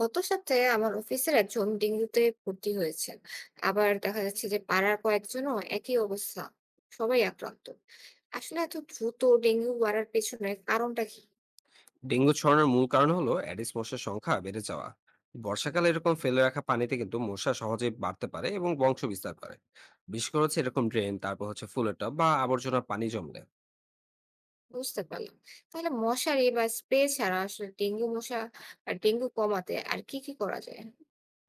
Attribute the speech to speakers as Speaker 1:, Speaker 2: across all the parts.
Speaker 1: গত সপ্তাহে আমার অফিসের একজন ডেঙ্গুতে ভর্তি হয়েছেন। আবার দেখা যাচ্ছে যে পাড়ার কয়েকজনও একই অবস্থা, সবাই আক্রান্ত। আসলে এত দ্রুত ডেঙ্গু বাড়ার পেছনে কারণটা কি?
Speaker 2: ডেঙ্গু ছড়ানোর মূল কারণ হলো অ্যাডিস মশার সংখ্যা বেড়ে যাওয়া। বর্ষাকালে এরকম ফেলে রাখা পানিতে কিন্তু মশা সহজে বাড়তে পারে এবং বংশ বিস্তার করে। বিশেষ করে হচ্ছে এরকম ড্রেন, তারপর হচ্ছে ফুলের টব বা আবর্জনা, পানি জমলে।
Speaker 1: বুঝতে পারলাম। তাহলে মশারি বা স্প্রে ছাড়া আসলে ডেঙ্গু মশা আর ডেঙ্গু কমাতে আর কি কি করা যায়?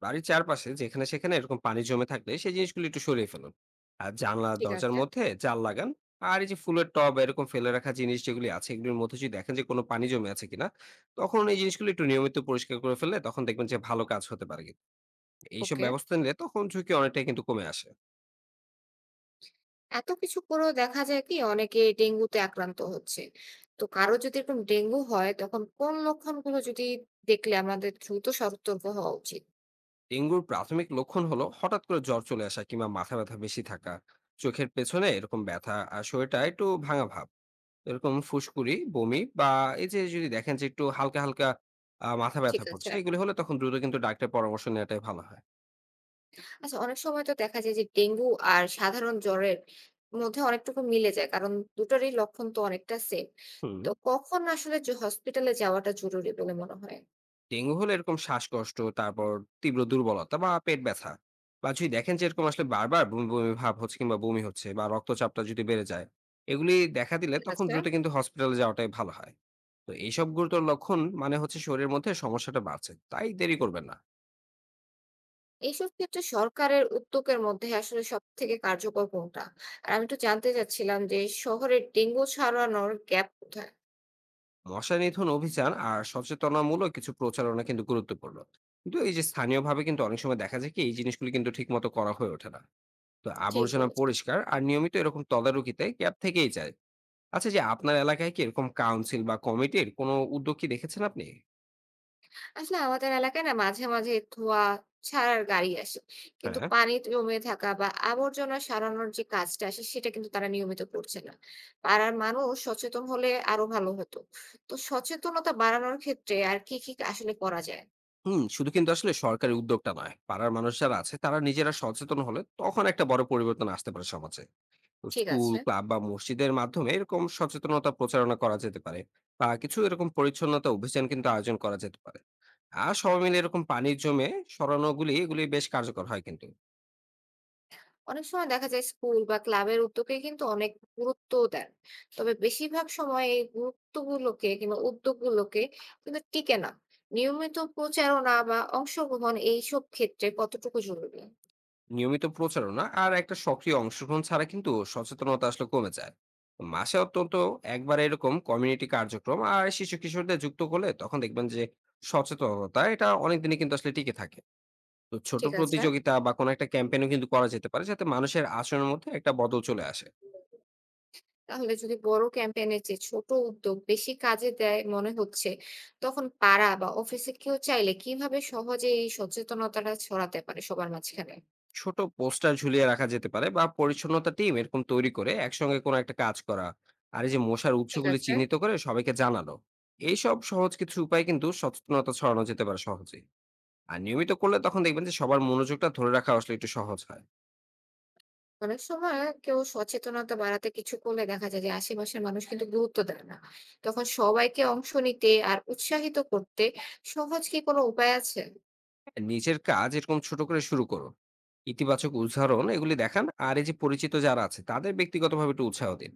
Speaker 2: বাড়ির চারপাশে যেখানে সেখানে এরকম পানি জমে থাকলে সেই জিনিসগুলো একটু সরিয়ে ফেলুন। আর জানলা
Speaker 1: ঠিক
Speaker 2: দরজার
Speaker 1: আছে।
Speaker 2: মধ্যে জাল লাগান। আর এই যে ফুলের টব, এরকম ফেলে রাখা জিনিস যেগুলি আছে, এগুলির মধ্যে যদি দেখেন যে কোনো পানি জমে আছে কিনা, তখন এই জিনিসগুলো একটু নিয়মিত পরিষ্কার করে ফেললে তখন দেখবেন যে ভালো কাজ হতে পারে কিন্তু। এইসব
Speaker 1: ওকে।
Speaker 2: ব্যবস্থা নিলে তখন ঝুঁকি অনেকটাই কিন্তু কমে আসে।
Speaker 1: এত কিছু করেও দেখা যায় কি অনেকে ডেঙ্গুতে আক্রান্ত হচ্ছে। তো কারো যদি এরকম ডেঙ্গু হয় তখন কোন লক্ষণগুলো যদি দেখলে আমাদের দ্রুত সতর্ক হওয়া উচিত?
Speaker 2: ডেঙ্গুর প্রাথমিক লক্ষণ হলো হঠাৎ করে জ্বর চলে আসা, কিংবা মাথা ব্যথা বেশি থাকা, চোখের পেছনে এরকম ব্যথা, আর শরীরটা একটু ভাঙা ভাব। এরকম ফুসকুড়ি, বমি, বা এই যে যদি দেখেন যে একটু হালকা হালকা মাথা
Speaker 1: ঠিক
Speaker 2: ব্যথা
Speaker 1: আছে।
Speaker 2: করছে, এগুলি হলে তখন দ্রুত কিন্তু ডাক্তারের পরামর্শ নেওয়াটাই ভালো হয়।
Speaker 1: আচ্ছা অনেক সময় তো দেখা যায় যে ডেঙ্গু আর সাধারণ জ্বরের মধ্যে অনেকটুকু মিলে যায়, কারণ দুটোরই লক্ষণ তো অনেকটা সেম।
Speaker 2: হুম।
Speaker 1: তো কখন আসলে যে হসপিটালে যাওয়াটা জরুরি বলে মনে হয়?
Speaker 2: ডেঙ্গু হলে এরকম শ্বাসকষ্ট, তারপর তীব্র দুর্বলতা বা পেট ব্যথা, বা যদি দেখেন যে এরকম আসলে বারবার বমি বমি ভাব হচ্ছে কিংবা বমি হচ্ছে, বা রক্তচাপটা যদি বেড়ে যায়, এগুলি দেখা দিলে
Speaker 1: ঠিক
Speaker 2: তখন
Speaker 1: আছে।
Speaker 2: দ্রুত কিন্তু হসপিটালে যাওয়াটাই ভালো হয়। তো এইসব গুরুতর লক্ষণ মানে হচ্ছে শরীরের মধ্যে সমস্যাটা বাড়ছে, তাই দেরি করবেন না।
Speaker 1: এইসব ক্ষেত্রে সরকারের উদ্যোগের মধ্যে আসলে সব থেকে কার্যকর কোনটা? আর আমি একটু জানতে চাচ্ছিলাম যে শহরের ডেঙ্গু ছড়ানোর গ্যাপ কোথায়?
Speaker 2: মশা নিধন অভিযান আর সচেতনামূলক কিছু প্রচারণা কিন্তু গুরুত্বপূর্ণ। কিন্তু এই যে স্থানীয়ভাবে কিন্তু অনেক সময় দেখা যায় কি এই জিনিসগুলি কিন্তু ঠিক মতো করা হয়ে ওঠে না। তো
Speaker 1: ঠিক
Speaker 2: আবর্জনা
Speaker 1: বলেছেন।
Speaker 2: পরিষ্কার আর নিয়মিত এরকম তদারকিতে ক্যাব থেকেই যায়। আচ্ছা এই যে আপনার এলাকায় কি এরকম কাউন্সিল বা কমিটির কোনো উদ্যোগ কি দেখেছেন আপনি?
Speaker 1: আসলে আমাদের এলাকায় না মাঝে মাঝে ধোয়া ছাড়ার গাড়ি আসে, কিন্তু
Speaker 2: হ্যাঁ।
Speaker 1: পানি জমে থাকা বা আবর্জনা সারানোর যে কাজটা আসে সেটা কিন্তু তারা নিয়মিত করছে না। পাড়ার মানুষ সচেতন হলে আরো ভালো হতো। তো সচেতনতা বাড়ানোর ক্ষেত্রে আর কি কি আসলে করা যায়?
Speaker 2: শুধু কিন্তু আসলে সরকারি উদ্যোগটা নয়। পাড়ার মানুষ যারা আছে তারা নিজেরা সচেতন হলে তখন একটা বড় পরিবর্তন আসতে পারে সমাজে। তো
Speaker 1: ঠিক
Speaker 2: স্কুল,
Speaker 1: আছে।
Speaker 2: ক্লাব বা মসজিদের মাধ্যমে এরকম সচেতনতা প্রচারণা করা যেতে পারে। বা কিছু এরকম পরিচ্ছন্নতা অভিযান কিন্তু আয়োজন করা যেতে পারে। আর সবাই মিলে এরকম পানির জমে সরানোগুলি, এগুলি বেশ কার্যকর হয় কিন্তু।
Speaker 1: অনেক সময় দেখা যায় স্কুল বা ক্লাবের উদ্যোগে কিন্তু অনেক গুরুত্ব দেন, তবে বেশিরভাগ সময় এই গুরুত্বগুলোকে কিংবা উদ্যোগগুলোকে কিন্তু টিকে না। নিয়মিত প্রচারণা বা অংশগ্রহণ এইসব ক্ষেত্রে কতটুকু জরুরি?
Speaker 2: নিয়মিত প্রচারণা আর একটা সক্রিয় অংশগ্রহণ ছাড়া কিন্তু সচেতনতা আসলে কমে যায়। মাসে অন্তত একবার এরকম কমিউনিটি কার্যক্রম আর শিশু কিশোরদের যুক্ত করলে তখন দেখবেন যে সচেতনতা এটা অনেকদিনই কিন্তু আসলে টিকে থাকে। তো ছোট
Speaker 1: ঠিক আছে।
Speaker 2: প্রতিযোগিতা বা কোনো একটা ক্যাম্পেইনও কিন্তু করা যেতে পারে, যাতে মানুষের আচরণের মধ্যে একটা বদল চলে আসে।
Speaker 1: তাহলে যদি বড় ক্যাম্পেইন এর চেয়ে ছোট উদ্যোগ বেশি কাজে দেয় মনে হচ্ছে, তখন পাড়া বা অফিসে কেউ চাইলে কিভাবে সহজে এই সচেতনতাটা ছড়াতে পারে সবার মাঝখানে?
Speaker 2: ছোট পোস্টার ঝুলিয়ে রাখা যেতে পারে, বা পরিচ্ছন্নতা টিম এরকম তৈরি করে একসঙ্গে কোনো একটা কাজ করা, আর এই যে মশার
Speaker 1: ঠিক
Speaker 2: উৎসগুলি
Speaker 1: আছে।
Speaker 2: চিহ্নিত করে সবাইকে জানানো। এইসব সহজ কিছু উপায় কিন্তু সচেতনতা ছড়ানো যেতে পারে সহজেই। আর নিয়মিত করলে তখন দেখবেন যে সবার মনোযোগটা ধরে রাখা আসলে একটু সহজ হয়।
Speaker 1: অনেক সময় কেউ সচেতনতা বাড়াতে কিছু করলে দেখা যায় যে আশেপাশের মানুষ কিন্তু গুরুত্ব দেয় না। তখন সবাইকে অংশ নিতে আর উৎসাহিত করতে সহজ কি কোনো উপায় আছে?
Speaker 2: হ্যাঁ, নিজের কাজ এরকম ছোট করে শুরু করুন। ইতিবাচক উদাহরণ এগুলি দেখান, আর এই যে পরিচিত যারা আছে তাদের ব্যক্তিগতভাবে একটু উৎসাহ দিন।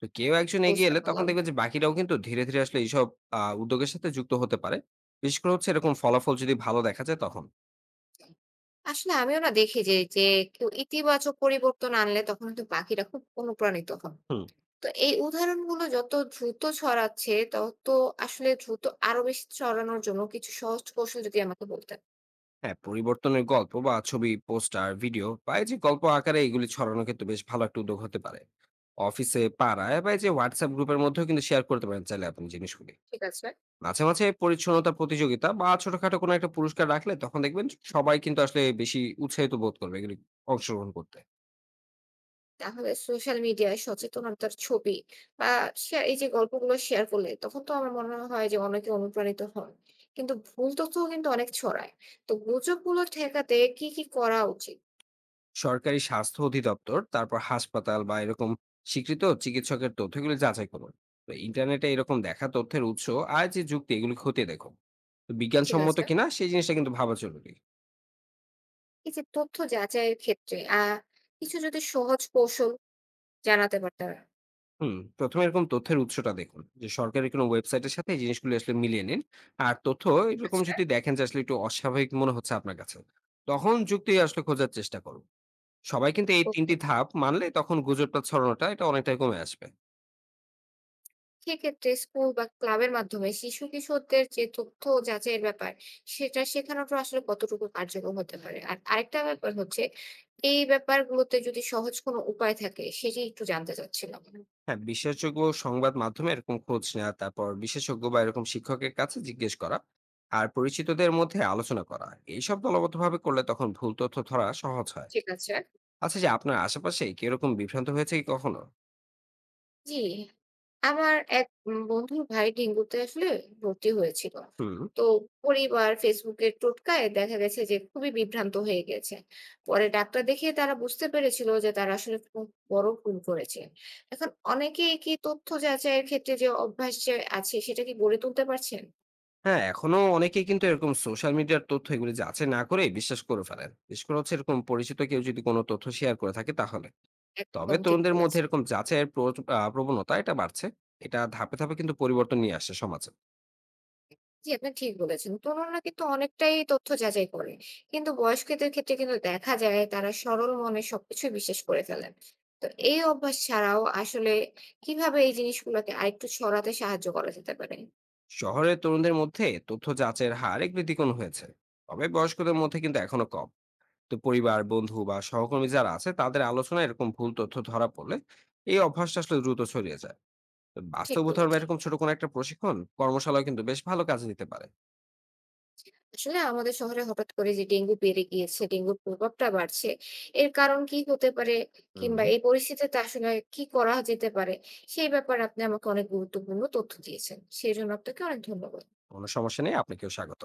Speaker 2: তো কেউ একজন এগিয়ে
Speaker 1: বুঝতে
Speaker 2: এলে তখন
Speaker 1: পারলাম।
Speaker 2: দেখবেন যে বাকিরাও কিন্তু ধীরে ধীরে আসলে এইসব উদ্যোগের সাথে যুক্ত হতে পারে। বিশেষ করে হচ্ছে এরকম ফলাফল যদি ভালো দেখা যায় তখন।
Speaker 1: আসলে আমিও না দেখি যে কেউ ইতিবাচক পরিবর্তন আনলে তখন কিন্তু বাকিরা খুব অনুপ্রাণিত হয়।
Speaker 2: হুম।
Speaker 1: তো এই উদাহরণগুলো যত দ্রুত ছড়াচ্ছে, তত আসলে দ্রুত আরো বেশি ছড়ানোর জন্য কিছু সহজ কৌশল যদি আমাকে বলতেন।
Speaker 2: হ্যাঁ, পরিবর্তনের গল্প বা ছবি, পোস্টার, ভিডিও, বা এই যে গল্প আকারে এগুলি ছড়ানো কিন্তু বেশ ভালো একটা উদ্যোগ হতে পারে। অফিসে, পাড়ায়, বা এই যে হোয়াটসঅ্যাপ গ্রুপের মধ্যেও কিন্তু শেয়ার করতে পারেন চাইলে আপনি জিনিসগুলি।
Speaker 1: ঠিক আছে?
Speaker 2: মাঝে মাঝে পরিচ্ছন্নতা প্রতিযোগিতা বা ছোটখাটো কোনো একটা পুরস্কার রাখলে তখন দেখবেন সবাই কিন্তু আসলে বেশি উৎসাহিত বোধ করবে এগুলি অংশগ্রহণ করতে।
Speaker 1: তাহলে সোশ্যাল মিডিয়ায় সচেতনতার ছবি বা শেয়ার এই যে গল্পগুলো শেয়ার করলে তখন তো আমার মনে হয় যে অনেকে অনুপ্রাণিত হন। কিন্তু ভুল তথ্যও কিন্তু অনেক ছড়ায়। তো গুজবগুলো ঠেকাতে কি করা উচিত?
Speaker 2: সরকারি স্বাস্থ্য অধিদপ্তর, তারপর হাসপাতাল বা এরকম স্বীকৃত চিকিৎসকের তথ্যগুলি যাচাই করুন। তো ইন্টারনেটে এরকম দেখা তথ্যের উৎস আর যে যুক্তি, এগুলি খতিয়ে দেখুন। তো
Speaker 1: ঠিক
Speaker 2: বিজ্ঞানসম্মত
Speaker 1: আছে?
Speaker 2: কিনা সেই জিনিসটা কিন্তু ভাবা জরুরি।
Speaker 1: এই যে তথ্য যাচাইয়ের ক্ষেত্রে কিছু যদি সহজ কৌশল জানাতে পারতেন।
Speaker 2: হুম, ১ম এ এরকম তথ্যের উৎসটা দেখুন। যে সরকারি কোনো ওয়েবসাইটের সাথে এই জিনিসগুলো আসলে মিলিয়ে নিন। আর তথ্য
Speaker 1: ঠিক
Speaker 2: এরকম
Speaker 1: আছে?
Speaker 2: যদি দেখেন যে আসলে একটু অস্বাভাবিক মনে হচ্ছে আপনার কাছে, তখন যুক্তি আসলে খোঁজার চেষ্টা করুন। সবাই কিন্তু এই ৩
Speaker 1: ওকে।
Speaker 2: টি ধাপ মানলে তখন গুজবটা ছড়ানোটা এটা অনেকটাই কমে আসবে।
Speaker 1: সেক্ষেত্রে স্কুল বা ক্লাবের মাধ্যমে শিশু কিশোরদের যে তথ্য যাচাইয়ের ব্যাপার সেটা শেখানোটা আসলে কতটুকু কার্যকর হতে পারে? আর আরেকটা ব্যাপার হচ্ছে এই ব্যাপারগুলোতে যদি সহজ কোনো উপায় থাকে সেটি একটু জানতে চাচ্ছিলাম।
Speaker 2: হ্যাঁ, বিশ্বাসযোগ্য সংবাদ মাধ্যমে এরকম খোঁজ নেওয়া, তারপর বিশেষজ্ঞ বা এরকম শিক্ষকের কাছে জিজ্ঞেস করা, আর পরিচিতদের মধ্যে আলোচনা করা। এইসব দলবদ্ধভাবে করলে তখন ভুল তথ্য ধরা সহজ হয়।
Speaker 1: ঠিক আছে।
Speaker 2: আচ্ছা যে আপনার আশেপাশে কি এরকম বিভ্রান্ত হয়েছে কি কখনো?
Speaker 1: জি, আমার এক বন্ধুর ভাই ডেঙ্গুতে আসলে ভর্তি হয়েছিল।
Speaker 2: হুম।
Speaker 1: তো পরিবার ফেসবুকের টোটকায় দেখা গেছে যে খুবই বিভ্রান্ত হয়ে গেছে। পরে ডাক্তার দেখিয়ে তারা বুঝতে পেরেছিল যে তারা আসলে খুব বড় ভুল করেছে। এখন অনেকেই কি তথ্য যাচাইয়ের ক্ষেত্রে যে অভ্যাস যে আছে সেটা কি গড়ে তুলতে পারছেন?
Speaker 2: হ্যাঁ, এখনো অনেকেই কিন্তু এরকম সোশ্যাল মিডিয়ার তথ্য এগুলি যাচাই না করেই বিশ্বাস করে ফেলেন। বিশেষ করে হচ্ছে এরকম পরিচিত কেউ যদি কোনো তথ্য শেয়ার করে থাকে তাহলে। তবে
Speaker 1: একদম ঠিক
Speaker 2: তরুণদের মধ্যে
Speaker 1: বলেছেন।
Speaker 2: এরকম যাচাইয়ের প্রচ আ প্রবণতা এটা বাড়ছে। এটা ধাপে, ধাপে কিন্তু পরিবর্তন নিয়ে আসছে সমাজে।
Speaker 1: জি, আপনি ঠিক বলেছেন। তরুণরা কিন্তু অনেকটাই তথ্য যাচাই করে। কিন্তু বয়স্কদের ক্ষেত্রে কিন্তু দেখা যায় তারা সরল মনে সবকিছুই বিশ্বাস করে ফেলেন। তো এই অভ্যাস ছাড়াও আসলে কিভাবে এই জিনিসগুলোকে আরেকটু ছড়াতে সাহায্য করা যেতে পারে?
Speaker 2: শহরের তরুণদের মধ্যে তথ্য যাচাইয়ের হার এগুলি দ্বিগুণ হয়েছে। তবে বয়স্কদের মধ্যে কিন্তু এখনো কম। তো পরিবার, বন্ধু বা সহকর্মী যারা আছে তাদের আলোচনায় এরকম ভুল তথ্য ধরা পড়লে এই অভ্যাসটা আসলে দ্রুত ছড়িয়ে যায়। তো
Speaker 1: ঠিক
Speaker 2: বাস্তব উদাহরণে
Speaker 1: বলেছেন।
Speaker 2: এরকম ছোট কোনো একটা প্রশিক্ষণ, কর্মশালাও কিন্তু বেশ ভালো কাজে দিতে পারে।
Speaker 1: আসলে আমাদের শহরে হঠাৎ করে যে ডেঙ্গু বেড়ে গিয়েছে, ডেঙ্গুর প্রভাবটা বাড়ছে। এর কারণ কি হতে পারে? কিংবা
Speaker 2: হুম,
Speaker 1: এই পরিস্থিতিতে আসলে কি করা যেতে পারে? সেই ব্যাপারে আপনি আমাকে অনেক গুরুত্বপূর্ণ তথ্য দিয়েছেন। সেই জন্য আপনাকে অনেক ধন্যবাদ।
Speaker 2: কোনো সমস্যা নেই। আপনাকেও স্বাগত।